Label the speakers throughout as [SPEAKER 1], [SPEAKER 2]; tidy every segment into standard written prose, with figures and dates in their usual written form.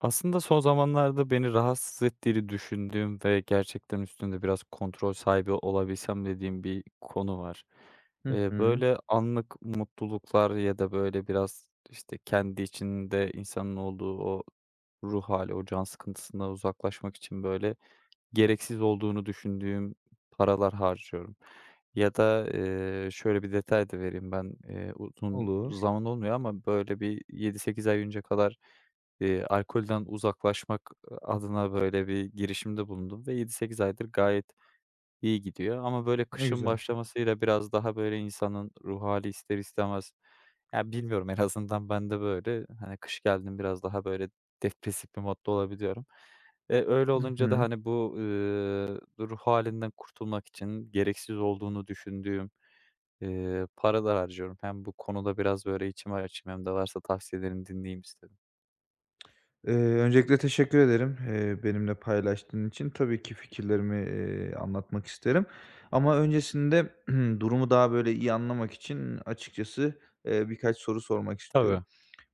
[SPEAKER 1] Aslında son zamanlarda beni rahatsız ettiğini düşündüğüm ve gerçekten üstünde biraz kontrol sahibi olabilsem dediğim bir konu var.
[SPEAKER 2] Hı hı.
[SPEAKER 1] Böyle anlık mutluluklar ya da böyle biraz işte kendi içinde insanın olduğu o ruh hali, o can sıkıntısından uzaklaşmak için böyle gereksiz olduğunu düşündüğüm paralar harcıyorum. Ya da, şöyle bir detay da vereyim ben, uzun
[SPEAKER 2] Olur.
[SPEAKER 1] zaman olmuyor ama böyle bir yedi sekiz ay önce kadar, alkolden uzaklaşmak adına böyle bir girişimde bulundum ve yedi sekiz aydır gayet İyi gidiyor ama böyle
[SPEAKER 2] Ne
[SPEAKER 1] kışın
[SPEAKER 2] güzel.
[SPEAKER 1] başlamasıyla biraz daha böyle insanın ruh hali ister istemez ya, bilmiyorum, en azından ben de böyle, hani, kış geldi, biraz daha böyle depresif bir modda olabiliyorum. E öyle
[SPEAKER 2] Hı
[SPEAKER 1] olunca da,
[SPEAKER 2] hı.
[SPEAKER 1] hani, bu, ruh halinden kurtulmak için gereksiz olduğunu düşündüğüm, paralar harcıyorum. Hem bu konuda biraz böyle içimi açayım hem de varsa tavsiyelerini dinleyeyim istedim.
[SPEAKER 2] Öncelikle teşekkür ederim, benimle paylaştığın için. Tabii ki fikirlerimi, anlatmak isterim ama öncesinde durumu daha böyle iyi anlamak için açıkçası, birkaç soru sormak istiyorum.
[SPEAKER 1] Tabii,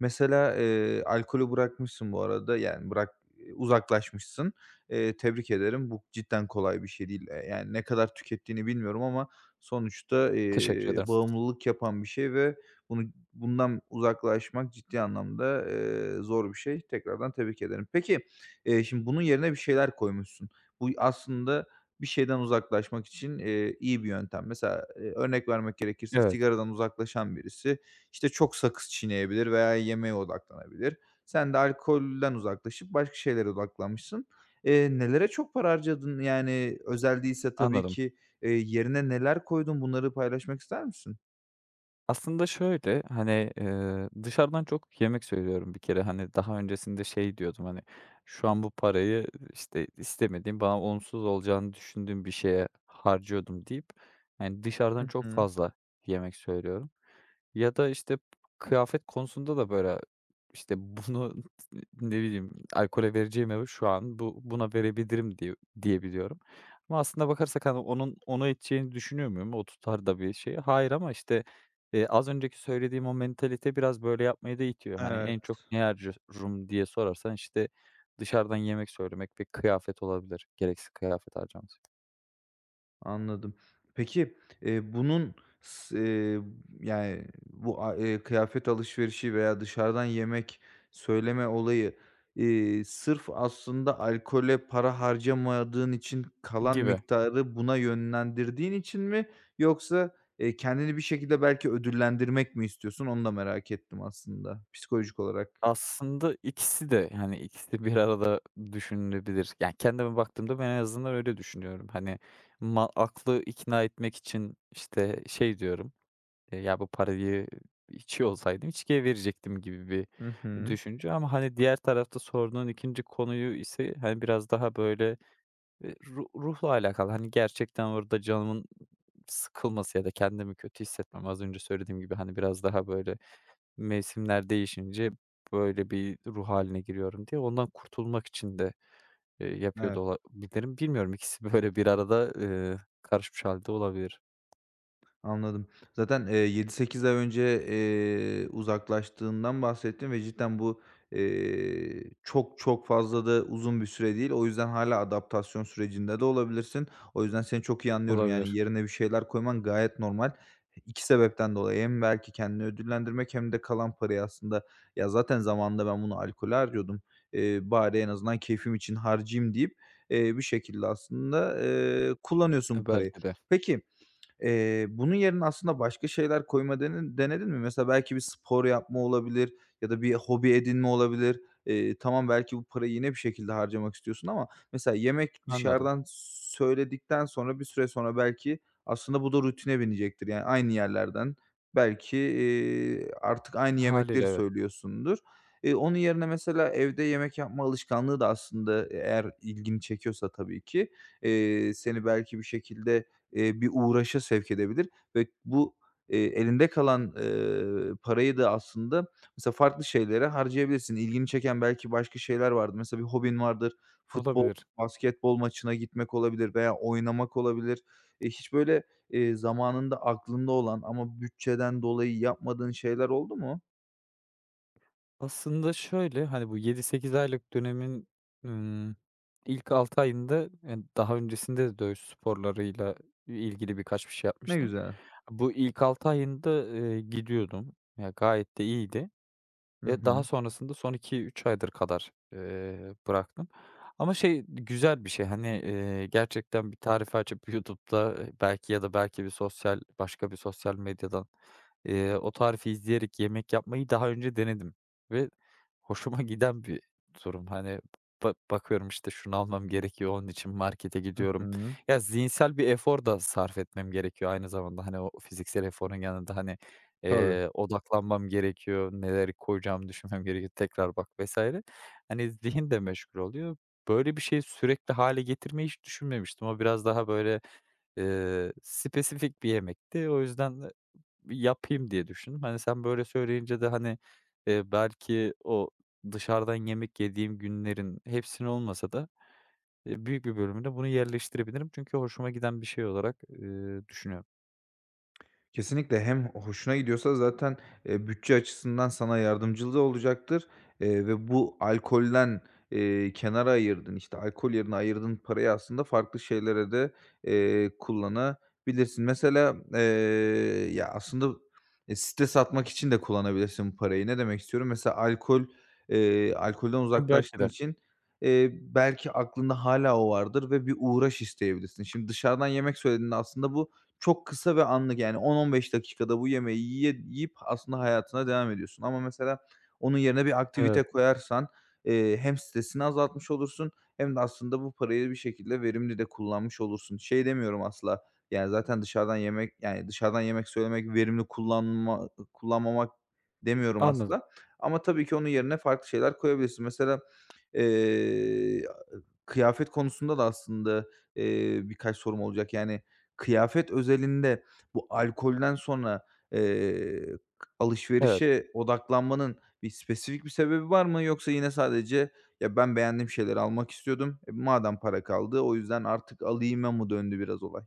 [SPEAKER 2] Mesela, alkolü bırakmışsın bu arada, yani, uzaklaşmışsın. Tebrik ederim. Bu cidden kolay bir şey değil. Yani, ne kadar tükettiğini bilmiyorum ama sonuçta,
[SPEAKER 1] teşekkür ederim.
[SPEAKER 2] bağımlılık yapan bir şey ve bundan uzaklaşmak ciddi anlamda, zor bir şey. Tekrardan tebrik ederim. Peki, şimdi bunun yerine bir şeyler koymuşsun. Bu aslında bir şeyden uzaklaşmak için, iyi bir yöntem. Mesela, örnek vermek gerekirse
[SPEAKER 1] Evet,
[SPEAKER 2] sigaradan uzaklaşan birisi, işte, çok sakız çiğneyebilir veya yemeğe odaklanabilir. Sen de alkolden uzaklaşıp başka şeylere odaklanmışsın. Nelere çok para harcadın? Yani özel değilse tabii
[SPEAKER 1] anladım.
[SPEAKER 2] ki, yerine neler koydun? Bunları paylaşmak ister misin?
[SPEAKER 1] Aslında şöyle, hani, dışarıdan çok yemek söylüyorum bir kere. Hani, daha öncesinde şey diyordum, hani, şu an bu parayı, işte, istemediğim, bana olumsuz olacağını düşündüğüm bir şeye harcıyordum deyip, hani, dışarıdan
[SPEAKER 2] Hı
[SPEAKER 1] çok
[SPEAKER 2] hı.
[SPEAKER 1] fazla yemek söylüyorum. Ya da, işte, kıyafet konusunda da, böyle, işte, bunu ne bileyim, alkole vereceğime şu an buna verebilirim diye diyebiliyorum. Ama aslında bakarsak, hani, onu edeceğini düşünüyor muyum? O tutar da bir şey? Hayır ama, işte, az önceki söylediğim o mentalite biraz böyle yapmaya da itiyor. Hani, en
[SPEAKER 2] Evet.
[SPEAKER 1] çok neye harcarım diye sorarsan, işte, dışarıdan yemek söylemek ve kıyafet olabilir. Gereksiz kıyafet harcaması
[SPEAKER 2] Anladım. Peki, bunun s yani, bu a kıyafet alışverişi veya dışarıdan yemek söyleme olayı, sırf aslında alkole para harcamadığın için kalan
[SPEAKER 1] gibi.
[SPEAKER 2] miktarı buna yönlendirdiğin için mi yoksa, kendini bir şekilde belki ödüllendirmek mi istiyorsun? Onu da merak ettim aslında psikolojik olarak.
[SPEAKER 1] Aslında ikisi de, hani, ikisi bir arada düşünülebilir. Yani, kendime baktığımda ben en azından öyle düşünüyorum. Hani, ma aklı ikna etmek için, işte, şey diyorum, "Ya, bu parayı içiyor olsaydım içkiye verecektim." gibi bir
[SPEAKER 2] Hı hı.
[SPEAKER 1] düşünce ama, hani, diğer tarafta sorduğun ikinci konuyu ise, hani, biraz daha böyle, ruhla alakalı. Hani, gerçekten orada canımın sıkılması ya da kendimi kötü hissetmem, az önce söylediğim gibi, hani, biraz daha böyle mevsimler değişince böyle bir ruh haline giriyorum diye ondan kurtulmak için de, yapıyor da
[SPEAKER 2] Evet.
[SPEAKER 1] olabilirim. Bilmiyorum, ikisi böyle bir arada, karışmış halde olabilir.
[SPEAKER 2] Anladım. Zaten, 7-8 ay önce, uzaklaştığından bahsettin ve cidden bu, çok çok fazla da uzun bir süre değil. O yüzden hala adaptasyon sürecinde de olabilirsin. O yüzden seni çok iyi anlıyorum. Yani,
[SPEAKER 1] Olabilir.
[SPEAKER 2] yerine bir şeyler koyman gayet normal. 2 sebepten dolayı hem belki kendini ödüllendirmek hem de kalan parayı aslında, "Ya, zaten zamanında ben bunu alkole harcıyordum, bari en azından keyfim için harcayayım." deyip, bir şekilde aslında, kullanıyorsun bu
[SPEAKER 1] E,
[SPEAKER 2] parayı.
[SPEAKER 1] belki de.
[SPEAKER 2] Peki, bunun yerine aslında başka şeyler koyma dene denedin mi? Mesela belki bir spor yapma olabilir ya da bir hobi edinme olabilir. Tamam, belki bu parayı yine bir şekilde harcamak istiyorsun ama mesela yemek
[SPEAKER 1] Anladım.
[SPEAKER 2] dışarıdan söyledikten sonra bir süre sonra belki aslında bu da rutine binecektir. Yani aynı yerlerden belki, artık aynı
[SPEAKER 1] Haliyle
[SPEAKER 2] yemekleri
[SPEAKER 1] evet.
[SPEAKER 2] söylüyorsundur. Onun yerine mesela evde yemek yapma alışkanlığı da aslında eğer ilgini çekiyorsa tabii ki, seni belki bir şekilde, bir uğraşa sevk edebilir ve bu, elinde kalan, parayı da aslında mesela farklı şeylere harcayabilirsin. İlgini çeken belki başka şeyler vardır. Mesela bir hobin vardır. Futbol,
[SPEAKER 1] Olabilir.
[SPEAKER 2] basketbol maçına gitmek olabilir veya oynamak olabilir. Hiç böyle, zamanında aklında olan ama bütçeden dolayı yapmadığın şeyler oldu mu?
[SPEAKER 1] Aslında şöyle, hani, bu yedi sekiz aylık dönemin, ımm, ilk 6 ayında, yani, daha öncesinde de dövüş sporlarıyla ilgili birkaç bir şey
[SPEAKER 2] Ne
[SPEAKER 1] yapmıştım.
[SPEAKER 2] güzel.
[SPEAKER 1] Bu ilk 6 ayında, gidiyordum. Ya, gayet de iyiydi.
[SPEAKER 2] Hı
[SPEAKER 1] Daha
[SPEAKER 2] hı.
[SPEAKER 1] sonrasında son iki üç aydır kadar, bıraktım ama şey, güzel bir şey, hani, gerçekten bir tarife açıp YouTube'da, belki ya da belki bir sosyal başka bir sosyal medyadan, o tarifi izleyerek yemek yapmayı daha önce denedim ve hoşuma giden bir durum. Hani, bakıyorum, işte, şunu almam gerekiyor, onun için markete
[SPEAKER 2] Hı
[SPEAKER 1] gidiyorum.
[SPEAKER 2] hı.
[SPEAKER 1] Ya, zihinsel bir efor da sarf etmem gerekiyor aynı zamanda, hani, o fiziksel eforun yanında, hani,
[SPEAKER 2] Tabii.
[SPEAKER 1] Odaklanmam gerekiyor, neleri koyacağımı düşünmem gerekiyor, tekrar bak vesaire. Hani, zihin de meşgul oluyor. Böyle bir şeyi sürekli hale getirmeyi hiç düşünmemiştim. O biraz daha böyle, spesifik bir yemekti. O yüzden de yapayım diye düşündüm. Hani, sen böyle söyleyince de, hani, belki o dışarıdan yemek yediğim günlerin hepsini olmasa da, büyük bir bölümüne bunu yerleştirebilirim. Çünkü hoşuma giden bir şey olarak, düşünüyorum.
[SPEAKER 2] Kesinlikle hem hoşuna gidiyorsa zaten, bütçe açısından sana yardımcı da olacaktır, ve bu alkolden, kenara ayırdın, işte, alkol yerine ayırdığın parayı aslında farklı şeylere de, kullanabilirsin. Mesela, ya, aslında, stres atmak için de kullanabilirsin bu parayı. Ne demek istiyorum? Mesela alkolden
[SPEAKER 1] Hem belki
[SPEAKER 2] uzaklaştığın
[SPEAKER 1] de
[SPEAKER 2] için, belki aklında hala o vardır ve bir uğraş isteyebilirsin. Şimdi dışarıdan yemek söylediğinde aslında bu çok kısa ve anlık, yani 10-15 dakikada bu yemeği yiyip aslında hayatına devam ediyorsun ama mesela onun yerine bir
[SPEAKER 1] evet,
[SPEAKER 2] aktivite koyarsan, hem stresini azaltmış olursun hem de aslında bu parayı bir şekilde verimli de kullanmış olursun. Şey demiyorum asla, yani zaten yani dışarıdan yemek söylemek verimli kullanmamak demiyorum
[SPEAKER 1] anladım.
[SPEAKER 2] asla ama tabii ki onun yerine farklı şeyler koyabilirsin. Mesela, eee kıyafet konusunda da aslında, birkaç sorum olacak. Yani kıyafet özelinde bu alkolden sonra, eee, k
[SPEAKER 1] Evet.
[SPEAKER 2] alışverişe odaklanmanın spesifik bir sebebi var mı? Yoksa yine sadece, "Ya, ben beğendiğim şeyleri almak istiyordum. E, madem para kaldı o yüzden artık alayıma" mı döndü biraz olay?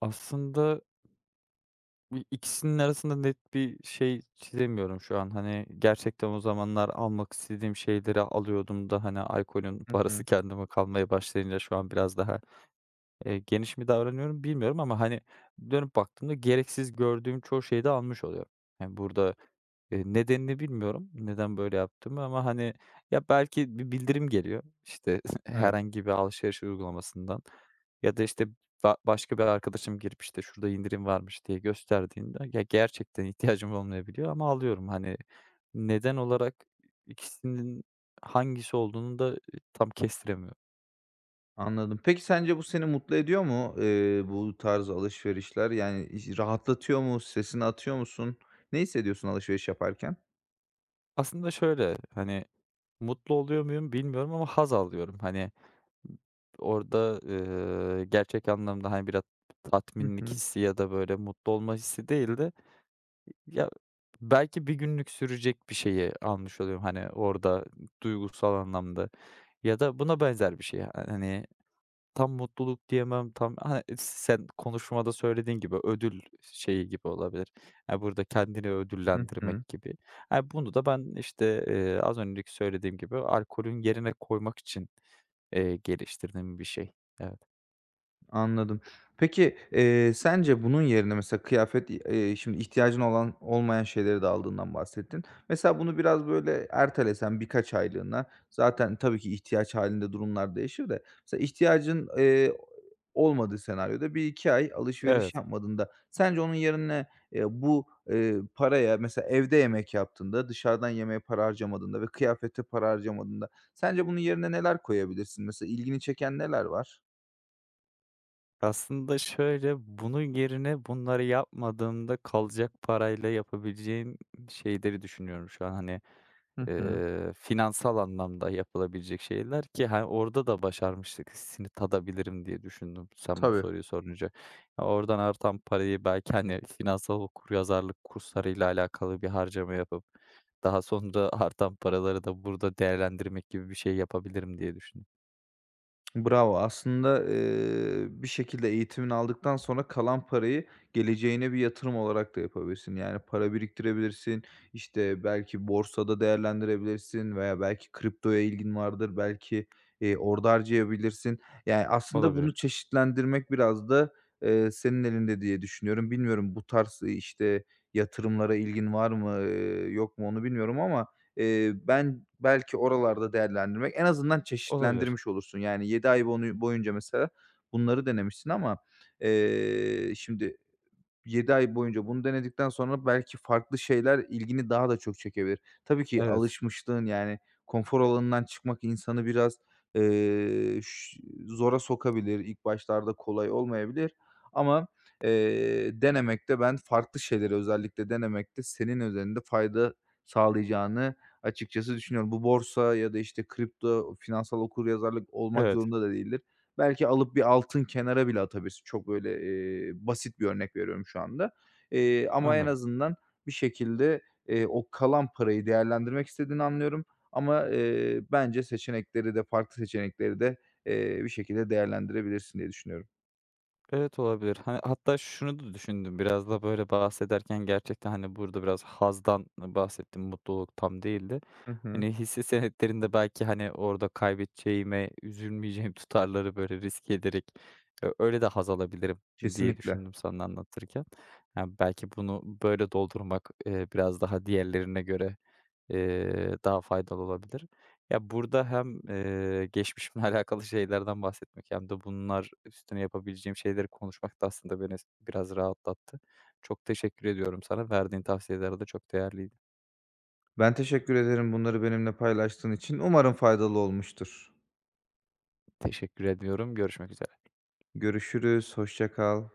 [SPEAKER 1] Aslında ikisinin arasında net bir şey çizemiyorum şu an. Hani, gerçekten o zamanlar almak istediğim şeyleri alıyordum da, hani, alkolün
[SPEAKER 2] Hı
[SPEAKER 1] parası
[SPEAKER 2] hı.
[SPEAKER 1] kendime kalmaya başlayınca şu an biraz daha geniş mi davranıyorum bilmiyorum ama, hani, dönüp baktığımda gereksiz gördüğüm çoğu şeyi de almış oluyorum. Hani, burada, nedenini bilmiyorum, neden böyle yaptığımı ama, hani, ya, belki bir bildirim geliyor, işte,
[SPEAKER 2] Evet.
[SPEAKER 1] herhangi bir alışveriş uygulamasından ya da, işte, başka bir arkadaşım girip, işte, "Şurada indirim varmış." diye gösterdiğinde, ya, gerçekten ihtiyacım olmayabiliyor ama alıyorum. Hani, neden olarak ikisinin hangisi olduğunu da, tam kestiremiyorum.
[SPEAKER 2] Anladım. Peki sence bu seni mutlu ediyor mu, bu tarz alışverişler? Yani, iş rahatlatıyor mu? Sesini atıyor musun? Ne hissediyorsun alışveriş yaparken?
[SPEAKER 1] Aslında şöyle, hani, mutlu oluyor muyum bilmiyorum ama haz alıyorum. Hani, orada, gerçek anlamda, hani, biraz
[SPEAKER 2] Hı
[SPEAKER 1] tatminlik
[SPEAKER 2] hı.
[SPEAKER 1] hissi ya da böyle mutlu olma hissi değil de ya, belki bir günlük sürecek bir şeyi almış oluyorum, hani, orada duygusal anlamda ya da buna benzer bir şey. Hani, tam mutluluk diyemem, tam hani, sen konuşmada söylediğin gibi ödül şeyi gibi olabilir. Ya, burada kendini
[SPEAKER 2] Hı hı.
[SPEAKER 1] ödüllendirmek gibi. Ha, bunu da ben, işte, az önceki söylediğim gibi alkolün yerine koymak için, geliştirdiğim bir şey. Evet.
[SPEAKER 2] Anladım. Peki, sence bunun yerine mesela kıyafet, şimdi ihtiyacın olan olmayan şeyleri de aldığından bahsettin. Mesela bunu biraz böyle ertelesen birkaç aylığına zaten tabii ki ihtiyaç halinde durumlar değişir de mesela ihtiyacın, olmadığı senaryoda 1-2 ay
[SPEAKER 1] Evet.
[SPEAKER 2] alışveriş yapmadığında sence onun yerine, paraya mesela evde yemek yaptığında, dışarıdan yemeğe para harcamadığında ve kıyafete para harcamadığında sence bunun yerine neler koyabilirsin? Mesela ilgini çeken neler var?
[SPEAKER 1] Aslında şöyle, bunun yerine bunları yapmadığımda kalacak parayla yapabileceğim şeyleri düşünüyorum şu an. Hani,
[SPEAKER 2] Hı hı.
[SPEAKER 1] Finansal anlamda yapılabilecek şeyler ki, hani, orada da başarmıştık hissini tadabilirim diye düşündüm sen bu
[SPEAKER 2] Tabii.
[SPEAKER 1] soruyu sorunca. Ya, oradan artan parayı belki, hani, finansal okuryazarlık kurslarıyla alakalı bir harcama yapıp daha sonra artan paraları da burada değerlendirmek gibi bir şey yapabilirim diye düşündüm.
[SPEAKER 2] Bravo. Aslında, bir şekilde eğitimini aldıktan sonra kalan parayı geleceğine bir yatırım olarak da yapabilirsin. Yani para biriktirebilirsin, işte, belki borsada değerlendirebilirsin veya belki kriptoya ilgin vardır, belki, orada harcayabilirsin. Yani, aslında bunu
[SPEAKER 1] Olabilir,
[SPEAKER 2] çeşitlendirmek biraz da, senin elinde diye düşünüyorum. Bilmiyorum bu tarz, işte, yatırımlara ilgin var mı, yok mu onu bilmiyorum ama ben belki oralarda değerlendirmek en azından
[SPEAKER 1] olabilir.
[SPEAKER 2] çeşitlendirmiş olursun. Yani 7 ay boyunca mesela bunları denemişsin ama, şimdi 7 ay boyunca bunu denedikten sonra belki farklı şeyler ilgini daha da çok çekebilir. Tabii ki
[SPEAKER 1] Evet,
[SPEAKER 2] alışmışlığın, yani, konfor alanından çıkmak insanı biraz, ş zora sokabilir. İlk başlarda kolay olmayabilir ama, denemekte ben farklı şeyleri özellikle denemekte senin üzerinde fayda sağlayacağını açıkçası düşünüyorum. Bu borsa ya da, işte, kripto, finansal okuryazarlık olmak
[SPEAKER 1] evet,
[SPEAKER 2] zorunda da değildir. Belki alıp bir altın kenara bile atabilirsin. Çok böyle, basit bir örnek veriyorum şu anda. Ama en
[SPEAKER 1] anladım.
[SPEAKER 2] azından bir şekilde, o kalan parayı değerlendirmek istediğini anlıyorum ama, bence farklı seçenekleri de, bir şekilde değerlendirebilirsin diye düşünüyorum.
[SPEAKER 1] Evet, olabilir. Hani, hatta şunu da düşündüm biraz da, böyle, bahsederken gerçekten, hani, burada biraz hazdan bahsettim, mutluluk tam değildi.
[SPEAKER 2] Hı hı.
[SPEAKER 1] Hani, hisse senetlerinde belki, hani, orada kaybedeceğime, üzülmeyeceğim tutarları, böyle, riske ederek, öyle de haz alabilirim diye
[SPEAKER 2] Kesinlikle.
[SPEAKER 1] düşündüm sana anlatırken. Ya, belki bunu böyle doldurmak, biraz daha diğerlerine göre daha faydalı olabilir. Ya, burada hem, geçmişimle alakalı şeylerden bahsetmek hem de bunlar üstüne yapabileceğim şeyleri konuşmak da aslında beni biraz rahatlattı. Çok teşekkür ediyorum sana. Verdiğin tavsiyeler de çok değerliydi.
[SPEAKER 2] Ben teşekkür ederim bunları benimle paylaştığın için. Umarım faydalı olmuştur.
[SPEAKER 1] Teşekkür ediyorum. Görüşmek üzere.
[SPEAKER 2] Görüşürüz, hoşça kal.